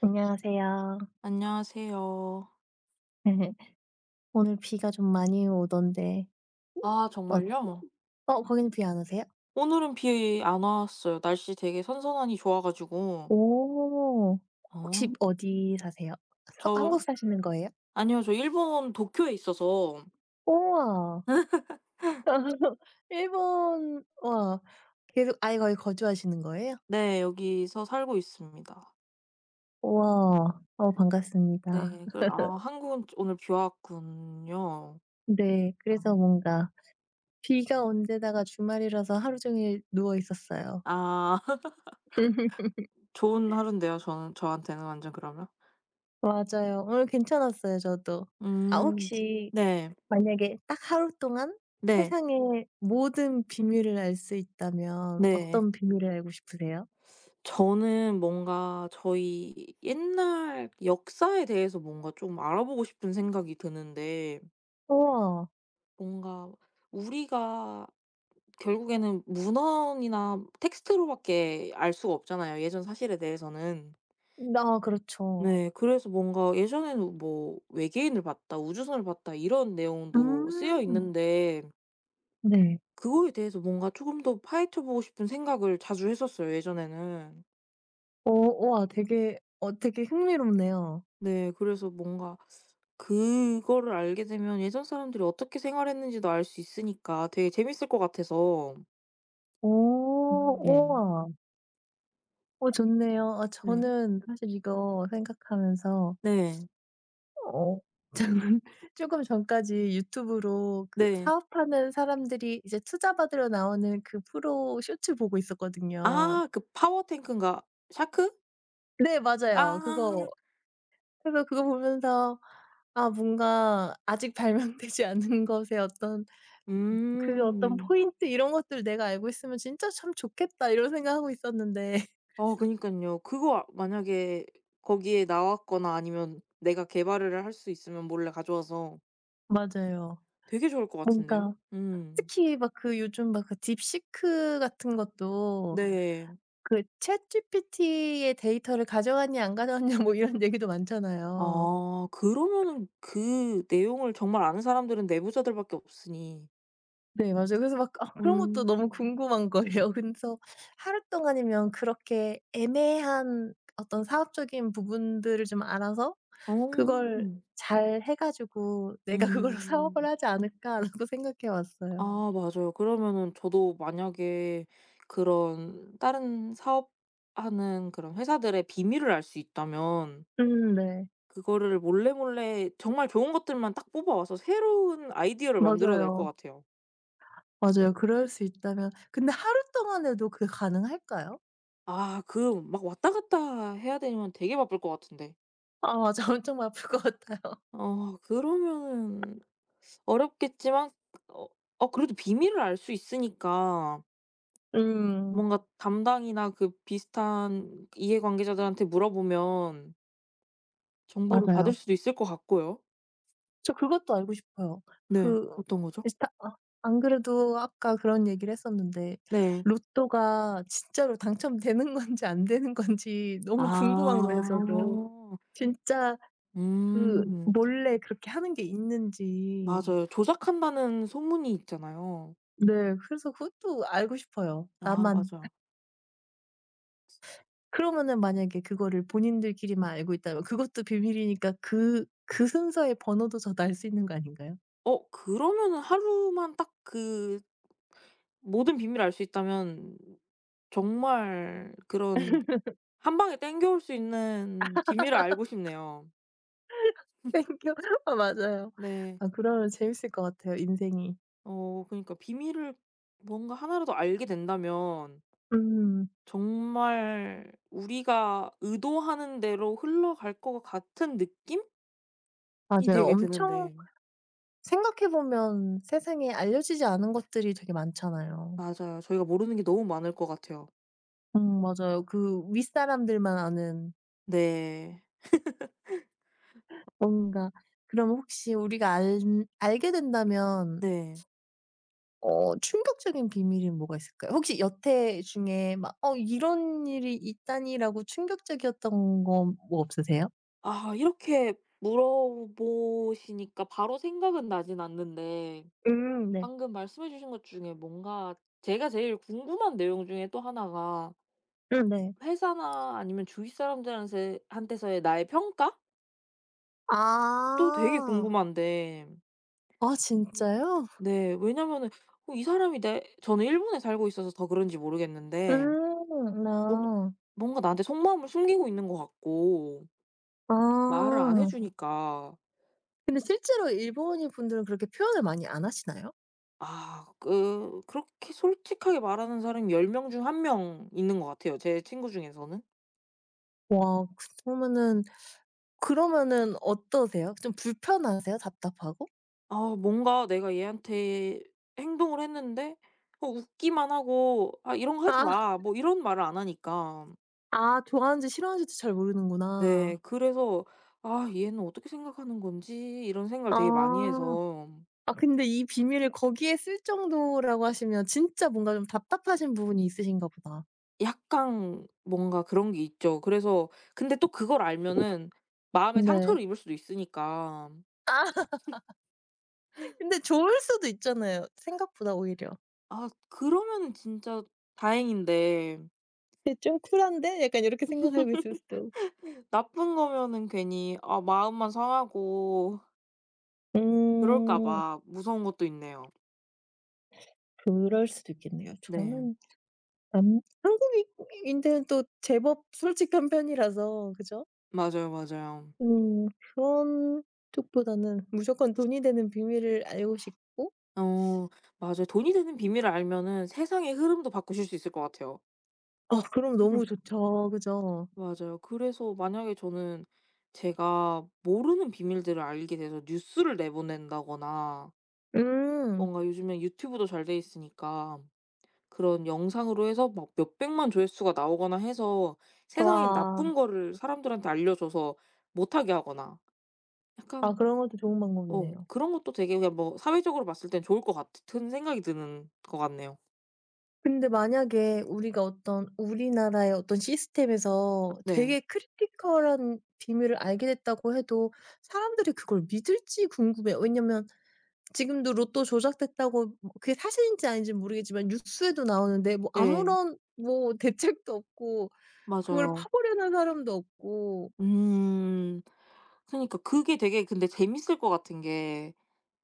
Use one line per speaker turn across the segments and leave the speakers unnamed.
안녕하세요.
안녕하세요.
오늘 비가 좀 많이 오던데
아,
어
정말요?
어 거기는 비 안 오세요?
오늘은 비 안 왔어요. 날씨 되게 선선하니 좋아 가지고.
오. 혹시
어.
어디 사세요? 서
저,
한국 사시는 거예요?
아니요. 저 일본 도쿄에 있어서
우와. 일본 와 계속 아예 거기 거주하시는 거예요?
네, 여기서 살고 있습니다.
우와. 어 반갑습니다.
네. 한국은 오늘 비 왔군요.
네.
아.
그래서 뭔가 비가 온 데다가 주말이라서 하루 종일 누워 있었어요.
아, 좋은 하루인데요. 저는 저한테는 완전 그러면.
맞아요. 오늘 괜찮았어요 저도. 아
음.
혹시
네.
만약에 딱 하루 동안
네.
세상의 모든 비밀을 알 수 있다면
네.
어떤 비밀을 알고 싶으세요?
저는 뭔가 저희 옛날 역사에 대해서 뭔가 좀 알아보고 싶은 생각이 드는데,
우와.
뭔가 우리가 결국에는 문헌이나 텍스트로밖에 알 수가 없잖아요, 예전 사실에 대해서는.
나 그렇죠.
네. 그래서 뭔가 예전에는 뭐 "외계인을 봤다. 우주선을 봤다." 이런 내용도 쓰여
음.
있는데,
네.
그거에 대해서 뭔가 조금 더 파헤쳐 보고 싶은 생각을 자주 했었어요, 예전에는.
우와, 되게 되게 흥미롭네요.
네. 그래서 뭔가 그거를 알게 되면 예전 사람들이 어떻게 생활했는지도 알 수 있으니까 되게 재밌을 것 같아서.
어
음.
우와. 어 좋네요. 아
네.
저는 사실 이거 생각하면서
네.
어 저는 쪼금 전까지 유튜브로 그
네.
사업하는 사람들이 이제 투자 받으러 나오는 그 프로 쇼츠 보고 있었거든요.
아, 그 파워 탱크인가 샤크?
네 맞아요. 그거
아.
그래서 그거 보면서 아 뭔가 아직 발명되지 않은 것의 어떤
음.
포인트 이런 것들을 내가 알고 있으면 진짜 참 좋겠다 이런 생각하고 있었는데
그니깐요. 그거 만약에 거기에 나왔거나 아니면 내가 개발을 할 수 있으면 몰래 가져와서
맞아요.
되게 좋을 것 같은데요.
뭔가
음.
특히 막 그 요즘 막 그 딥시크 같은 것도
네.
그 챗GPT의 데이터를 가져왔냐 안 가져왔냐 뭐 이런 얘기도 많잖아요.
아, 그러면은 그 내용을 정말 아는 사람들은 내부자들밖에 없으니.
네 맞아요. 그래서 막 아 그런 것도 너무
음.
궁금한 거예요. 그래서 하루 동안이면 그렇게 애매한 어떤 사업적인 부분들을 좀 알아서
어.
그걸
음.
잘 해 가지고 '내가 그걸로 사업을
음.
하지 않을까.'라고 생각해 왔어요.
아, 맞아요. 그러면은 저도 만약에 그런 다른 사업하는 그런 회사들의 비밀을 알 수 있다면
네.
그거를 몰래몰래 정말 좋은 것들만 딱 뽑아 와서 새로운 아이디어를 만들어낼 것
맞아요.
같아요.
맞아요. 그럴 수 있다면 근데 하루 동안 해도 그게 가능할까요?
아, 그 막 왔다 갔다 해야 되면 되게 바쁠 것 같은데.
아 맞아. 엄청 아플 것 같아요.
그러면은 어렵겠지만 그래도 비밀을 알 수 있으니까
음
뭔가 담당이나 그 비슷한 이해관계자들한테 물어보면 정보를 받을
맞아요.
수도 있을 것 같고요.
저 그것도 알고 싶어요.
네.
그
어떤 거죠?
일단 아 안 그래도 아까 그런 얘기를 했었는데
네.
로또가 진짜로 당첨되는 건지 안 되는 건지 너무 궁금한 거예요
아.
저도. 진짜 그
음.
몰래 그렇게 하는 게 있는지.
맞아요. 조작한다는 소문이 있잖아요.
네. 그래서 그것도 알고 싶어요
아,
나만.
맞아요.
그러면은 만약에 그거를 본인들끼리만 알고 있다면 그것도 비밀이니까 그 그 순서의 번호도 저도 알 수 있는 거 아닌가요?
그러면은 하루만 딱 그 모든 비밀을 알 수 있다면 정말 그런 한 방에 땡겨올 수 있는 비밀을 알고 싶네요.
땡겨. 아 맞아요.
네.
아 그러면 재밌을 것 같아요 인생이.
그니까 비밀을 뭔가 하나라도 알게 된다면
음
정말 우리가 의도하는 대로 흘러갈 것 같은 느낌이
맞아요.
되게
엄청
드는데.
생각해 보면 세상에 알려지지 않은 것들이 되게 많잖아요.
맞아요. 저희가 모르는 게 너무 많을 것 같아요.
맞아요. 그 윗사람들만 아는
네.
뭔가 그럼 혹시 우리가 알 알게 된다면
네.
어 충격적인 비밀이 뭐가 있을까요? 혹시 여태 중에 막 '어 이런 일이 있다니.'라고 충격적이었던 거 뭐 없으세요?
아, 이렇게 물어보시니까 바로 생각은 나진 않는데,
네.
방금 말씀해 주신 것 중에 뭔가 제가 제일 궁금한 내용 중에 또 하나가
네.
회사나 아니면 주위 사람들한테 한테서의 나의 평가도 되게
아.
궁금한데.
아 진짜요?
네, 왜냐면은 이 사람이 내 저는 일본에 살고 있어서 더 그런지 모르겠는데
음.
뭔
나
뭔가 나한테 속마음을 숨기고 있는 것 같고 말을 안 해
아.
주니까.
근데 실제로 일본인 분들은 그렇게 표현을 많이 안 하시나요?
아, 그렇게 솔직하게 말하는 사람이 10명 중 1명 있는 것 같아요, 제 친구 중에서는.
와 그러면은 그러면은 어떠세요? 좀 불편하세요? 답답하고?
아, 뭔가 내가 얘한테 행동을 했는데 웃기만 하고 "아, 이런 거 하지
아.
마." 뭐 이런 말을 안 하니까.
아 좋아하는지 싫어하는지도 잘 모르는구나.
네. 그래서 '아, 얘는 어떻게 생각하는 건지.' 이런 생각을 되게 많이
아.
해서.
아 근데 이 비밀을 거기에 쓸 정도라고 하시면 진짜 뭔가 좀 답답하신 부분이 있으신가 보다.
약간 뭔가 그런 게 있죠. 그래서 근데 또 그걸 알면은 마음에
네.
상처를 입을 수도 있으니까.
아 근데 좋을 수도 있잖아요, 생각보다 오히려.
아, 그러면은 진짜 다행인데
'쟤 좀 쿨한데?' 약간 요렇게 생각하고 있을 수도.
나쁜 거면은 괜히 아 마음만 상하고 그럴까
음.
봐 무서운 것도 있네요.
그럴 수도 있겠네요.
네.
저는 남 한국인인데는 또 제법 솔직한 편이라서 그죠?
맞아요, 맞아요.
음 그런 쪽보다는 무조건 돈이 되는 비밀을 알고 싶고
어, 맞아요. 돈이 되는 비밀을 알면은 세상의 흐름도 바꾸실 수 있을 것 같아요.
어 그럼 너무 좋죠. 그죠?
맞아요. 그래서 만약에 저는 제가 모르는 비밀들을 알게 돼서 뉴스를 내보낸다거나
음.
뭔가 요즘엔 유튜브도 잘 돼 있으니까 그런 영상으로 해서 막 몇백만 조회수가 나오거나 해서 세상에
와.
나쁜 거를 사람들한테 알려줘서 못하게 하거나
아
약간.
그런 것도 좋은 방법이네요.
그런 것도 되게 그냥 뭐 사회적으로 봤을 땐 좋을 것 같은 생각이 드는 것 같네요.
근데 만약에 우리가 어떤 우리나라의 어떤 시스템에서
네.
되게 크리티컬한 비밀을 알게 됐다고 해도 사람들이 그걸 믿을지 궁금해요. 왜냐면 지금도 로또 조작됐다고 뭐 그게 사실인지 아닌지는 모르겠지만 뉴스에도 나오는데 뭐
네.
아무런 뭐 대책도 없고 그걸
맞아요.
파보려는 사람도 없고
음. 그니까 러 그게 되게 근데 재밌을 것 같은 게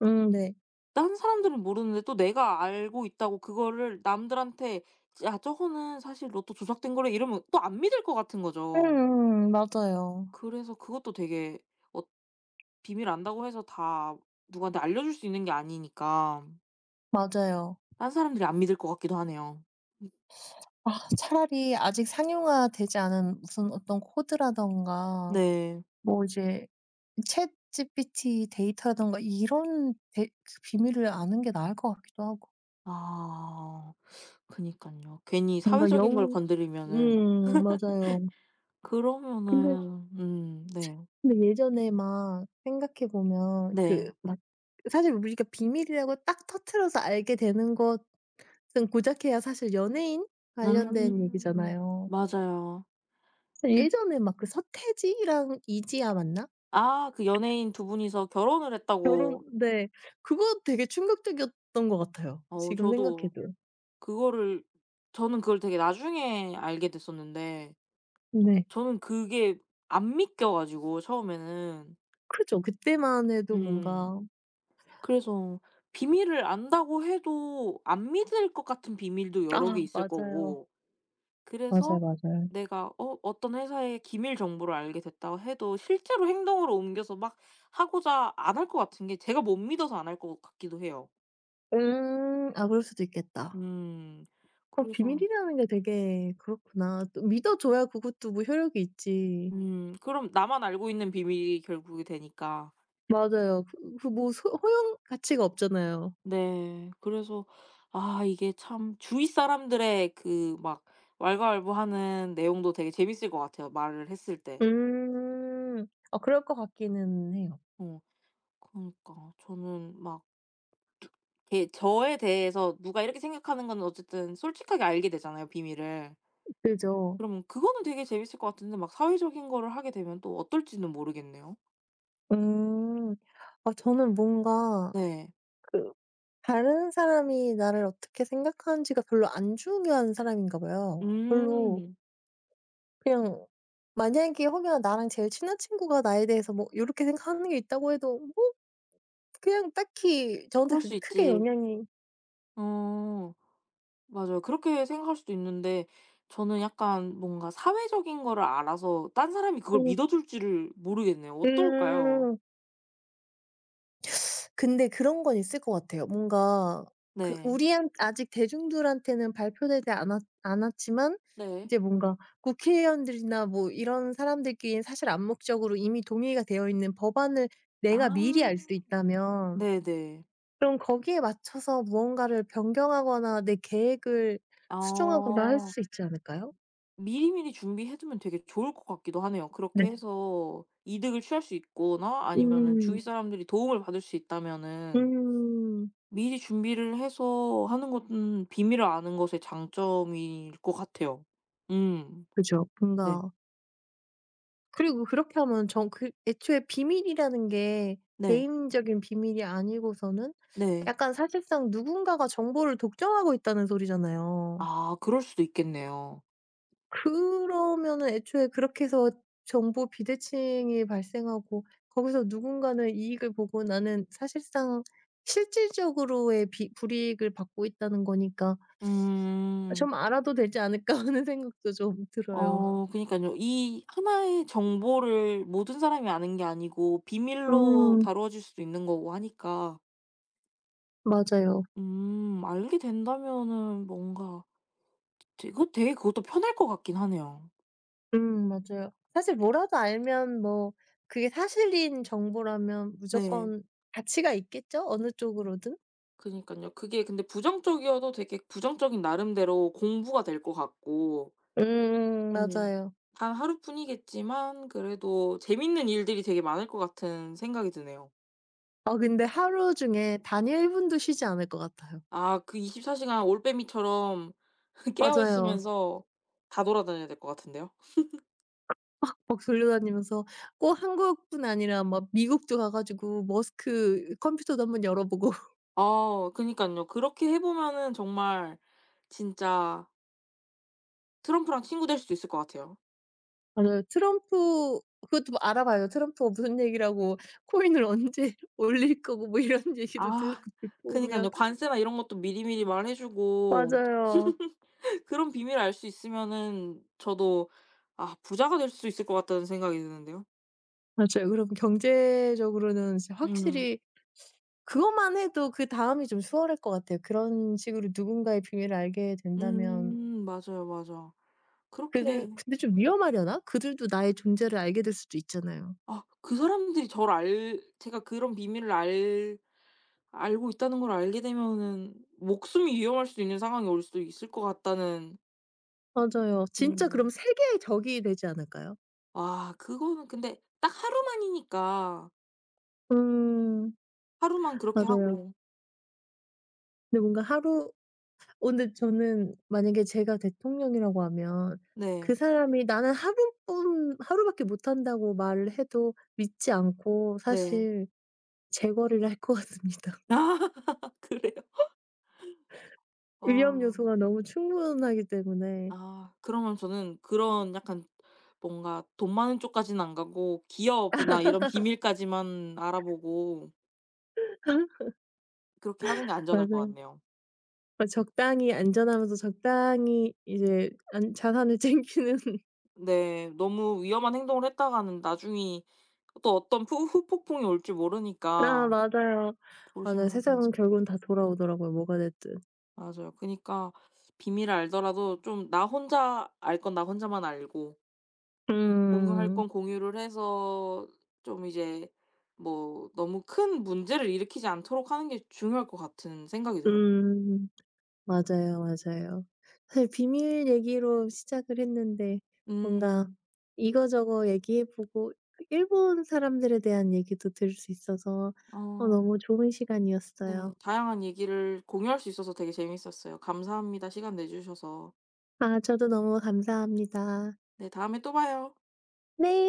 네.
다른 사람들은 모르는데 또 내가 알고 있다고 그거를 남들한테 "야, 저거는 사실 로또 조작된 거래." 이러면 또 안 믿을 것 같은 거죠.
음음. 맞아요.
그래서 그것도 되게. 어 비밀 안다고 해서 다 누구한테 알려줄 수 있는 게 아니니까
맞아요.
딴 사람들이 안 믿을 것 같기도 하네요.
아 차라리 아직 상용화되지 않은 무슨 어떤 코드라든가
네.
뭐 이제 챗GPT 데이터라든가 이런 데 그 비밀을 아는 게 나을 것 같기도 하고.
아. 그니까요 괜히
뭔가
사회적인 걸
영
건드리면은
맞아요. 근데
그러면은. 음. 네.
근데 예전에 막 생각해 보면
네.
그 막 사실 우리가 비밀이라고 딱 터트려서 알게 되는 것은 고작해야 사실 연예인 관련된
음.
얘기잖아요.
맞아요.
예전에 막 그 서태지랑 이지아 맞나?
아, 그 연예인 두 분이서 결혼을
결혼
했다고.
네. 그거 되게 충격적이었던 것 같아요, 지금
저도
생각해도.
그거를, 저는 그걸 되게 나중에 알게 됐었는데
네.
저는 그게 안 믿겨 가지고 처음에는.
크죠. 그때만 해도
음.
뭔가
그래서 비밀을 안다고 해도 안 믿을 것 같은 비밀도
아
여러 개 있을
맞아요.
거고.
맞아요,
그래서
맞아요.
내가 어떤 회사의 기밀 정보를 알게 됐다고 해도 실제로 행동으로 옮겨서 막 하고자 안 할 것 같은 게 제가 못 믿어서 안 할 것 같기도 해요.
음. 아 그럴 수도 있겠다.
음.
어
그래서.
비밀이라는 게 되게 그렇구나. 또 믿어줘야 그것도 뭐 효력이 있지.
음. 그럼 나만 알고 있는 비밀이 결국이 되니까.
맞아요. 그 그 뭐 소 허용 가치가 없잖아요.
네. 그래서 아, 이게 참 주위 사람들의 그 막 왈가왈부하는 내용도 되게 재밌을 것 같아요, 말을 했을 때.
음. 아 그럴 것 같기는 해요.
어. 그러니까 저는 막 게 저에 대해서 누가 이렇게 생각하는 건 어쨌든 솔직하게 알게 되잖아요, 비밀을.
그죠.
그럼 그거는 되게 재밌을 것 같은데 막 사회적인 거를 하게 되면 또 어떨지는 모르겠네요.
음. 아 저는 뭔가
네.
그 다른 사람이 나를 어떻게 생각하는지가 별로 안 중요한 사람인가 봐요. 별로
음.
그냥 만약에 혹여나 나랑 제일 친한 친구가 나에 대해서 뭐 이렇게 생각하는 게 있다고 해도 뭐 그냥 딱히 저한테
그럴 수
그게 크게
있지.
영향이
어. 맞아요. 그렇게 생각할 수도 있는데 저는 약간 뭔가 사회적인 거를 알아서 딴 사람이 그걸
음.
믿어줄 지를 모르겠네요. 어떨까요?
음. 근데 그런 건 있을 것 같아요. 뭔가 그
네.
우리한 아직 대중들한테는 발표되지 않았지만
네.
이제 뭔가 국회의원들이나 뭐 이런 사람들끼리는 사실 암묵적으로 이미 동의가 되어 있는 법안을
아.
내가 미리 알 수 있다면
네네.
그럼 거기에 맞춰서 무언가를 변경하거나 내 계획을 수정하거나 할
어.
수 있지 않을까요?
미리미리 준비해 두면 되게 좋을 것 같기도 하네요.
네.
그렇게 해서 이득을 취할 수 있거나 아니면은 주위
음.
사람들이 도움을 받을 수 있다면은
음.
미리 준비를 해서 하는 것은 비밀을 아는 것의 장점일 것 같아요. 음.
그죠.
네.
뭔가 그리고 그렇게 하면 전 그 애초에 비밀이라는 게
네.
개인적인 비밀이 아니고서는
네.
약간 사실상 누군가가 정보를 독점하고 있다는 소리잖아요.
아, 그럴 수도 있겠네요.
그러면은 애초에 그렇게 해서 정보 비대칭이 발생하고 거기서 누군가는 이익을 보고 나는 사실상 실질적으로의 비 불이익을 받고 있다는 거니까
음.
'좀 알아도 되지 않을까.' 하는 생각도 좀 들어요.
그니까요 이 하나의 정보를 모든 사람이 아는 게 아니고 비밀로
음
다루어질 수도 있는 거고 하니까.
맞아요.
음. 알게 된다면은 뭔가 되게 되게 그것도 편할 것 같긴 하네요.
맞아요. 사실 뭐라도 알면 뭐 그게 사실인 정보라면
네.
무조건 가치가 있겠죠? 어느 쪽으로든?
그니까요 그게 근데 부정적이어도 되게 부정적인 나름대로 공부가 될 것 같고. 음.
맞아요.
단 하루뿐이겠지만 그래도 재밌는 일들이 되게 많을 것 같은 생각이 드네요.
아 근데 하루 중에 단 1 분도 쉬지 않을 것 같아요.
아, 그 24시간 올빼미처럼 깨어
맞아요.
있으면서 다 돌아다녀야 될 것 같은데요.
막 돌려다니면서 꼭 한국뿐 아니라 막 미국도 가 가지고 머스크 컴퓨터도 한번 열어보고
아, 그니까요 그렇게 해 보면은 정말 진짜 트럼프랑 친구 될 수도 있을 것 같아요.
맞아요. 트럼프 그것도 뭐 알아봐요. 트럼프가 무슨 얘기라고 코인을 언제 올릴 거고 뭐 이런 얘기도
아,
들고 듣고 오면
그니깐요. 관세나 이런 것도 미리미리 말해 주고
맞아요.
그런 비밀을 알 수 있으면은 저도 아, 부자가 될 수 있을 것 같다는 생각이 드는데요.
맞아요. 그럼 경제적으로는 진짜
음.
확실히 그것만 해도 그다음이 좀 수월할 것 같아요. 그런 식으로 누군가의 비밀을 알게 된다면
음, 맞아요, 맞아.
그들
그렇게.
근데 좀 위험하려나? 그들도 나의 존재를 알게 될 수도 있잖아요.
아, 그 사람들이 저를 알 제가 그런 비밀을 알 알고 있다는 걸 알게 되면은 목숨이 위험할 수도 있는 상황이 올 수도 있을 것 같다는.
맞아요. 진짜 그럼
음.
세계의 적이 되지 않을까요?
아, 그거는 근데 딱 하루만이니까
음.
하루만 그렇게
맞아요.
하고.
근데 뭔가 하루 어 근데 저는 만약에 제가 대통령이라고 하면
네.
그 사람이 "나는 하루뿐 하루밖에 못한다."고 말을 해도 믿지 않고
네.
사실 제거리를 할 것 같습니다.
그래요?
위험
아.
요소가 너무 충분하기 때문에
아, 그러면 저는 그런 약간 뭔가 돈 많은 쪽까지는 안 가고 기업이나 이런 비밀까지만 알아보고 그렇게 하는 게 안전할 것
맞아요.
같네요.
어 적당히 안전하면서 적당히 이제 안 자산을 챙기는
네. 너무 위험한 행동을 했다가는 나중에 또 어떤 푸 후폭풍이 올지
아
모르니까
맞아요. 맞아요. 세상은
조심하면서.
결국은 다 돌아오더라고요, 뭐가 됐든.
맞아요. 그니까 비밀을 알더라도 좀 나 혼자 알 건 나 혼자만 알고 공유할
음.
건 공유를 해서 좀 이제 뭐 너무 큰 문제를 일으키지 않도록 하는 게 중요할 것 같은 생각이 들어요.
음. 맞아요, 맞아요. 사실 비밀 얘기로 시작을 했는데 뭔가
음.
이거저거 얘기해 보고 그 일본 사람들에 대한 얘기도 들을 수 있어서 어
어
너무 좋은
네.
시간이었어요.
다양한 얘기를 공유할 수 있어서 되게 재밌었어요. 감사합니다, 시간 내 주셔서.
아 저도 너무 감사합니다.
네, 다음에 또 봐요.
네.